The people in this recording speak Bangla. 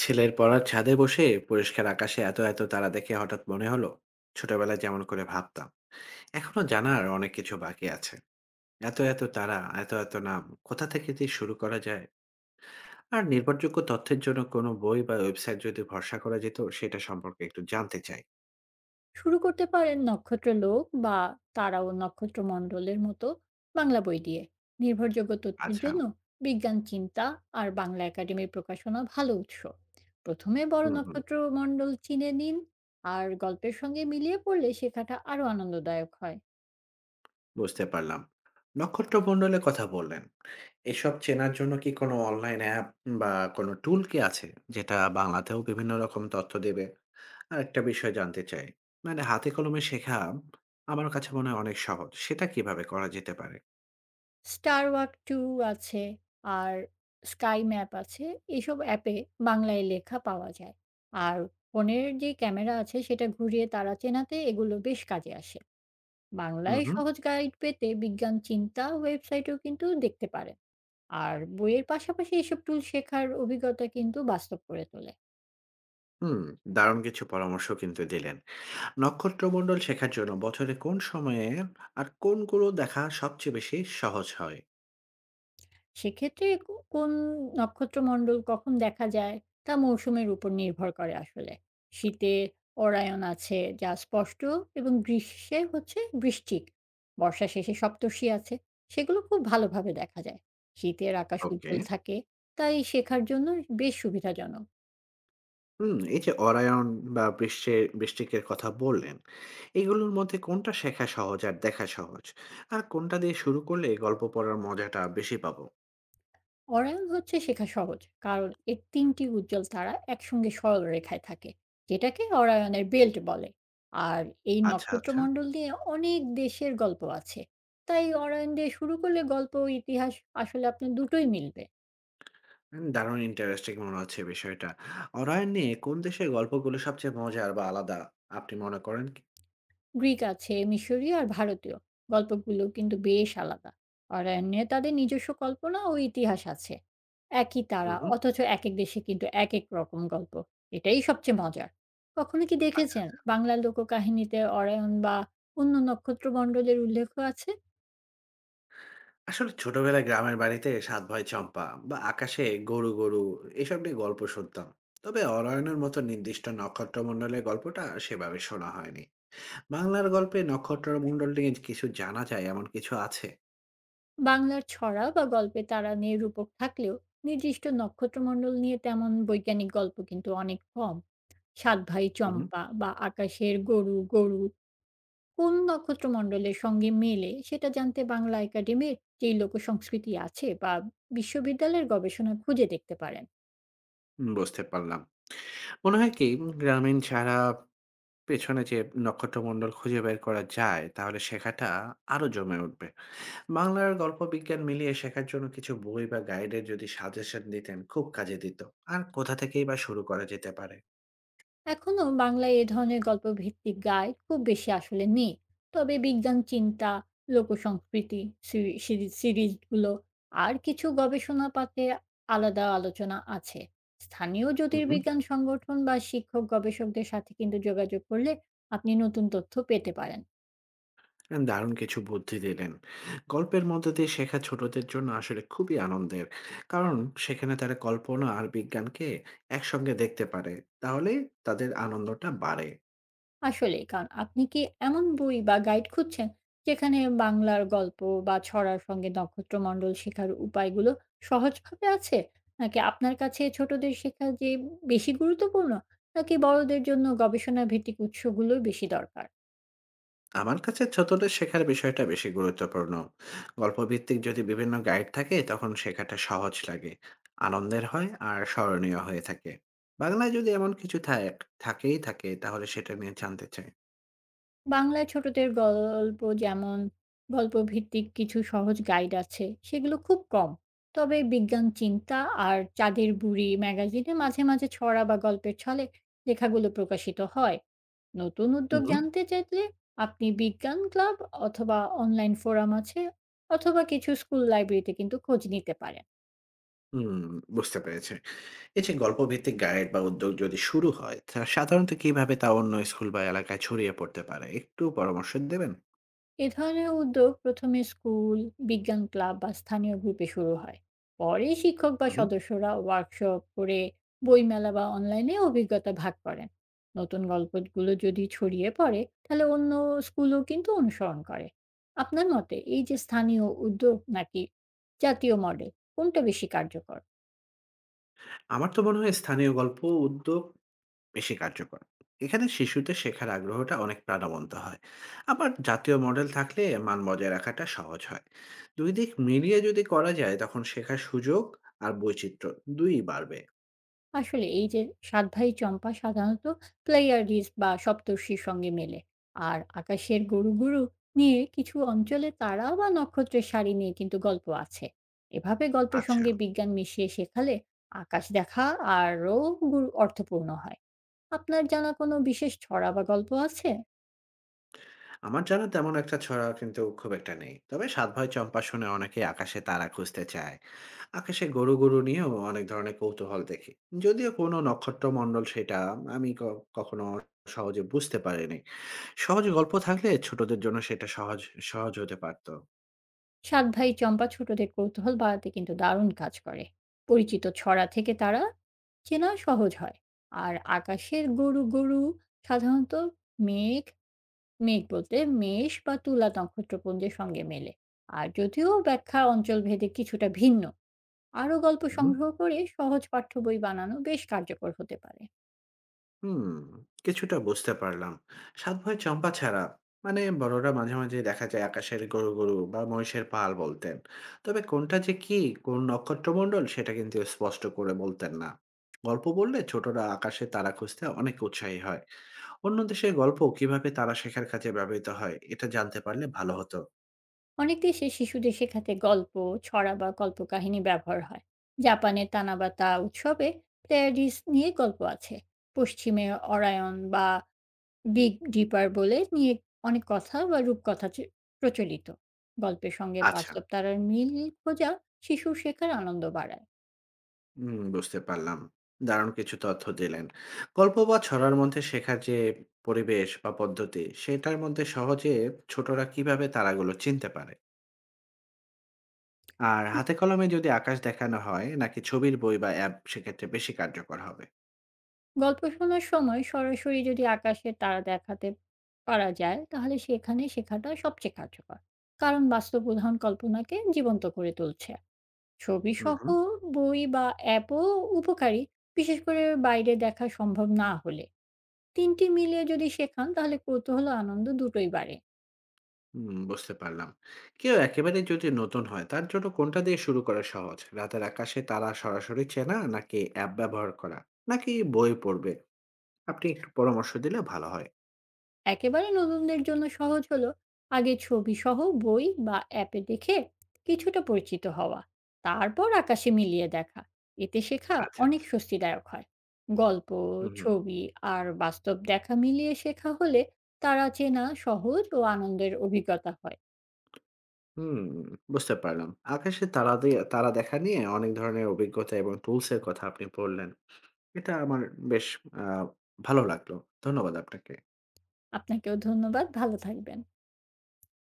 ছেলের পড়ার ছাদে বসে পরিষ্কার আকাশে এত এত তারা দেখে হঠাৎ মনে হলো, ছোটবেলায় যেমন করে ভাবতাম এখনো জানার অনেক কিছু বাকি আছে। এত এত তারা, এত এত নাম, কোথা থেকে দিয়ে শুরু করা যায়? আর নির্ভরযোগ্য তথ্যের জন্য কোনো বই বা ওয়েবসাইট যদি ভরসা করা যেত, সেটা সম্পর্কে একটু জানতে চাই। শুরু করতে পারেন নক্ষত্রলোক বা তারা ও নক্ষত্রমণ্ডলের মতো বাংলা বই দিয়ে। নির্ভরযোগ্য তথ্যের আচ্ছা। জন্য বিজ্ঞান চিন্তা আর বাংলা একাডেমির প্রকাশনা ভালো উৎস। প্রথমে বড় হুম, হুম। নক্ষত্রমণ্ডল চিনে নিন, আর গল্পের সঙ্গে মিলিয়ে পড়লে শেখাটা আরও আনন্দদায়ক হয়। বুঝতে পারলাম। নক্ষত্রমণ্ডলের কথা বললেন, এসব চেনার জন্য কি কোনো অনলাইন অ্যাপ বা কোনো টুল কি আছে, যেটা বাংলাতেও বিভিন্ন রকম তথ্য দেবে? আরেকটা বিষয় জানতে চাই। মানে হাতে কলমে শেখা আমার কাছে মনে হয় অনেক সহজ। সেটা কিভাবে করা যেতে পারে? স্টার ওয়াক টু আছে আর স্কাই ম্যাপ আছে। এসব অ্যাপে বাংলায় লেখা পাওয়া যায়। আর ফোনের যে ক্যামেরা আছে সেটা ঘুরিয়ে তারা চেনাতে এগুলো বেশ কাজে আসে। হুম, বাংলায় হুম। সহজ গাইড পেতে বিজ্ঞান চিন্তা ওয়েবসাইটও কিন্তু দেখতে পারেন। আর বইয়ের পাশাপাশি এসব টুল শেখার অভিজ্ঞতা কিন্তু বাস্তব করে তোলে। হুম, দারুণ কিছু পরামর্শ কিন্তু দিলেন। নক্ষত্রমণ্ডল শেখার জন্য বছরে কোন সময়ে আর কোনগুলো দেখা সবচেয়ে বেশি সহজ হয়? সেক্ষেত্রে কোন নক্ষত্রমণ্ডল কখন দেখা যায় তা মৌসুমের উপর নির্ভর করে আসলে। শীতে অরায়ন আছে যা স্পষ্ট, এবং গ্রীষ্মে হচ্ছে বৃষ্টিক, বর্ষা শেষে সপ্তর্ষি আছে। সেগুলো খুব ভালোভাবে দেখা যায়। শীতের আকাশ ওকে। উজ্জ্বল থাকে, তাই শেখার জন্য বেশ সুবিধাজনক। হুম, এই যে অরায়ন বা বৃষ্টিকের কথা বললেন, এগুলোর মধ্যে কোনটা শেখা সহজ আর দেখা সহজ? আর কোনটা দিয়ে শুরু করলে গল্প পড়ার মজাটা বেশি পাবো? অরাল হচ্ছে শেখা সহজ, কারণ এর তিনটি উজ্জ্বল তারা একসঙ্গে সরলরেখায় থাকে, যেটাকে অরায়নের বেল্ট বলে। আর এই আচ্ছা, আচ্ছা। নক্ষত্রমণ্ডল নিয়ে অনেক দেশের গল্প আছে। তাই অরায়ন দিয়ে শুরু করলে গল্প ও ইতিহাস আসলে আপনার দুটোই মিলবে। দারুণ ইন্টারেস্টিং মনে হচ্ছে বিষয়টা। অরোয়া নিয়ে কোন দেশের গল্পগুলো সবচেয়ে মজার বা আলাদা আপনি মনে করেন কি? গ্রিক আছে, মিশরীয় আর ভারতীয়। গল্পগুলো কিন্তু বেশ আলাদা। অরণ্যে তাদের নিজস্ব কল্পনা ও ইতিহাস আছে। একই হু, তারা হুম। অথচ একেক দেশে কিন্তু একেক রকম গল্প। এটাই সবচেয়ে মজার। কখনো কি আচ্ছা, দেখেছেন আচ্ছা। বাংলার লোককাহিনীতে অরায়ণ বা অন্য নক্ষত্রমণ্ডলের উল্লেখ আছে? আসলে ছোটবেলায় গ্রামের বাড়িতে 'সাত ভাই চম্পা' বা 'আকাশে গরু গরু' এসব নিয়ে গল্প শুনতাম। তবে অরয়নের মতো নির্দিষ্ট নক্ষত্রমণ্ডলের গল্পটা সেভাবে শোনা হয়নি। বাংলার গল্পে নক্ষত্রমণ্ডল নিয়ে কিছু জানা যায় এমন কিছু আছে? বাংলার ছড়া বা গল্পে তারা নিয়ে রূপক থাকলেও নির্দিষ্ট নক্ষত্রমণ্ডল নিয়ে তেমন বৈজ্ঞানিক গল্প কিন্তু অনেক কম। সাত ভাই হু, হুম। চম্পা বা আকাশের গরু, গরু কোন নক্ষত্রমণ্ডলের সঙ্গে মেলে সেটা জানতে বাংলা একাডেমির যেই লোকসংস্কৃতি আছে বা বিশ্ববিদ্যালয়ের গবেষণা খুঁজে দেখতে পারেন। হুম, বুঝতে পারলাম। মনে হয় কি গ্রামীণ ছাড়া পেছনে যে নক্ষত্রমন্ডল খুঁজে বের করা যায়, তাহলে শেখাটা আরো জমে উঠবে। বাংলার গল্প বিজ্ঞান মিলিয়ে শেখার জন্য কিছু বই বা গাইডের যদি সাজেশন দিতেন, খুব কাজে দিত। আর কোথা থেকেই বা শুরু করা যেতে পারে? এখনো বাংলায় এ ধরনের গল্প ভিত্তিক গাইড খুব বেশি আসলে নেই। তবে বিজ্ঞান চিন্তা, লোকসংস্কৃতি সিরি- সিরি- সিরিজগুলো আর কিছু গবেষণা পাতে আলাদা আলোচনা আছে। স্থানীয় হুম, হুম। জ্যোতির্বিজ্ঞান সংগঠন বা শিক্ষক গবেষকদের সাথে কিন্তু যোগাযোগ করলে আপনি নতুন তথ্য পেতে পারেন। দারুণ কিছু বুদ্ধি দিলেন। গল্পের মধ্য দিয়ে শেখা ছোটদের জন্য আসলে খুবই আনন্দের। কারণ সেখানে তারা কল্পনা আর বিজ্ঞানকে একসঙ্গে দেখতে পারে। তাহলে তাদের আনন্দটা বাড়ে। আসলেই, কারণ আপনি কি এমন বই বা গাইড খুঁজছেন যেখানে বাংলার গল্প বা ছড়ার সঙ্গে নক্ষত্রমণ্ডল শেখার উপায়গুলো সহজভাবে আছে? নাকি আপনার কাছে ছোটদের শেখা যে বেশি গুরুত্বপূর্ণ, নাকি বড়দের জন্য গবেষণা ভিত্তিক উৎসগুলোই বেশি দরকার? আমার কাছে ছোটদের শেখার বিষয়টা বেশি গুরুত্বপূর্ণ। গল্পভিত্তিক যদি বিভিন্ন গাইড থাকে তখন শেখাটা সহজ লাগে, আনন্দের হয় আর স্মরণীয় হয়ে থাকে। বাংলায় যদি এমন কিছু থাকেই থাকে তাহলে সেটা নিয়ে জানতে চাই। বাংলায় ছোটদের গল্প যেমন গল্প ভিত্তিক কিছু সহজ গাইড আছে, সেগুলো খুব কম। তবে বিজ্ঞান চিন্তা আর চাঁদের বুড়ি ম্যাগাজিনে মাঝে, মাঝে ছড়া বা গল্পের ছলে লেখাগুলো প্রকাশিত হয়। নতুন উদ্যোগ হুম। জানতে চাইলে আপনি বিজ্ঞান ক্লাব অথবা অনলাইন ফোরাম আছে, অথবা কিছু স্কুল লাইব্রেরিতে কিন্তু খোঁজ নিতে পারেন। হুম, বুঝতে পেরেছি। এই যে গল্পভিত্তিক গাইড বা উদ্যোগ যদি শুরু হয়, তা সাধারণত কিভাবে তা অন্য স্কুল বা এলাকায় ছড়িয়ে পড়তে পারে, একটু পরামর্শ দেবেন। এ ধরনের উদ্যোগ প্রথমে স্কুল, বিজ্ঞান ক্লাব বা স্থানীয় গ্রুপে শুরু হয়। পরে শিক্ষক বা হুম। সদস্যরা ওয়ার্কশপ করে বইমেলা বা অনলাইনে অভিজ্ঞতা ভাগ করেন। নতুন গল্পগুলো যদি ছড়িয়ে পড়ে তাহলে অন্য স্কুলও কিন্তু অনুসরণ করে। আপনার মতে এই যে স্থানীয় উদ্যোগ নাকি জাতীয় মডেল, কোনটা বেশি কার্যকর? আমার তো মনে হয় স্থানীয় গল্প উদ্যোগ বেশি কার্যকর। এখানে শিশুদের শেখার আগ্রহটা অনেক প্রাণবন্ত হয়। আবার জাতীয় মডেল থাকলে মান বজায় রাখাটা সহজ হয়। ২ দিক মিলিয়ে যদি করা যায় তখন শেখার সুযোগ আর বৈচিত্র্য ২ ই বাড়বে। আসলে এই যে সাতভাই চম্পা সাধারণত প্লেয়ারিস বা সপ্তর্ষির সঙ্গে মেলে, আর আকাশের গুরু গুরু নিয়ে কিছু অঞ্চলে তারা বা নক্ষত্রের সারি নিয়ে কিন্তু গল্প আছে। এভাবে গল্পের আচ্ছা। সঙ্গে বিজ্ঞান মিশিয়ে শেখালে আকাশ দেখা আরও গুরু অর্থপূর্ণ হয়। আপনার জানা কোনো বিশেষ ছড়া বা গল্প আছে? আমার জানা তেমন একটা ছড়া কিন্তু খুব একটা নেই। তবে 'সাত ভাই চম্পা' শুনে অনেকেই আকাশে তারা খুঁজতে চায়। আকাশে গরু গরু নিয়েও অনেক ধরনের কৌতূহল দেখি। যদিও কোনো নক্ষত্রমণ্ডল সেটা আমি কখনো সহজে বুঝতে পারিনি। সহজ গল্প থাকলে ছোটদের জন্য সেটা সহজ সহজ হতে পারত। সাত ভাই চম্পা ছোটদের কৌতূহল বাড়াতে কিন্তু দারুণ কাজ করে। পরিচিত ছড়া থেকে তারা চেনা সহজ হয়। আর আকাশের গরু গরু সাধারণত মেঘ, মেঘ বলতে মেষ বা তুলা নক্ষত্রপুঞ্জের সঙ্গে মেলে। আর যদিও ব্যাখ্যা অঞ্চলভেদে কিছুটা ভিন্ন, আরও গল্প হুম। সংগ্রহ করে সহজ পাঠ্য বই বানানো বেশ কার্যকর হতে পারে। হুম, কিছুটা বুঝতে পারলাম। 'সাত ভাই চম্পা' ছাড়া মানে বড়রা মাঝে, মাঝে দেখা যায় আকাশের গরু, গরু বা মহিষের পাল বলতেন। তবে কোনটা যে কি, কোন নক্ষত্রমণ্ডল সেটা কিন্তু স্পষ্ট করে বলতেন না। গল্প বললে ছোটরা আকাশে তারা খুঁজতে অনেক উৎসাহী হয়। অন্য দেশের গল্প কিভাবে তারা শেখার কাজে ব্যবহৃত হয় এটা জানতে পারলে ভালো হতো। অনেক দেশে শিশুদের শেখাতে গল্প, ছড়া বা কল্পকাহিনী ব্যবহার হয়। জাপানে তানাবাতা উৎসবে প্লেয়ারিস নিয়ে গল্প আছে। পশ্চিমে অরায়ন বা বিগ ডিপার বলে নিয়ে অনেক কথা বা রূপকথা প্রচলিত। গল্পের সঙ্গে আচ্ছা। বাস্তব তারার মিল খোঁজা শিশুর শেখার আনন্দ বাড়ায়। হুম, বুঝতে পারলাম। দারুণ কিছু তথ্য দিলেন। গল্প বা ছড়ার মধ্যে শেখার যে পরিবেশ বা পদ্ধতি, সেটার মধ্যে সহজে ছোটরা কিভাবে তারাগুলো চিনতে পারে? আর হাতে কলমে যদি আকাশ দেখানো হয় নাকি ছবির বই বা অ্যাপ সেক্ষেত্রে বেশি কার্যকর হবে? গল্প শোনার সময় সরাসরি যদি আকাশে তারা দেখাতে পারা যায় তাহলে সেখানে শেখাটা সবচেয়ে কার্যকর, কারণ বাস্তব উদাহরণ কল্পনাকে জীবন্ত করে তুলছে। হুম, ছবিসহ হুম। বই বা অ্যাপও উপকারী, বিশেষ করে বাইরে দেখা সম্ভব না হলে। তিনটি মিলিয়ে যদি শেখান তাহলে কৌতূহল ও আনন্দ দুটোই বাড়ে। হুম, বুঝতে পারলাম। কেউ একেবারে যদি নতুন হয় তার জন্য কোনটা দিয়ে শুরু করা সহজ? রাতের আকাশে তারা সরাসরি চেনা নাকি অ্যাপ ব্যবহার করা? নাকি বই পড়বে? আপনি একটু পরামর্শ দিলে ভালো হয়। একেবারে নতুনদের জন্য সহজ হলো আগে ছবিসহ বই বা অ্যাপে দেখে কিছুটা পরিচিত হওয়া, তারপর আকাশে মিলিয়ে দেখা। এতে শেখা আচ্ছা, অনেক আচ্ছা। স্বস্তিদায়ক হয়। গল্প, হুম, হুম। ছবি আর বাস্তব দেখা মিলিয়ে শেখা হলে তারা চেনা সহজ ও আনন্দের অভিজ্ঞতা হয়। হুম, বুঝতে পারলাম। আকাশে তারা দিয়ে তারা দেখা নিয়ে অনেক ধরনের অভিজ্ঞতা এবং টুলস এর কথা আপনি বললেন। এটা আমার বেশ আ ভালো লাগলো। ধন্যবাদ আপনাকে। আপনাকেও ধন্যবাদ, ভালো থাকবেন।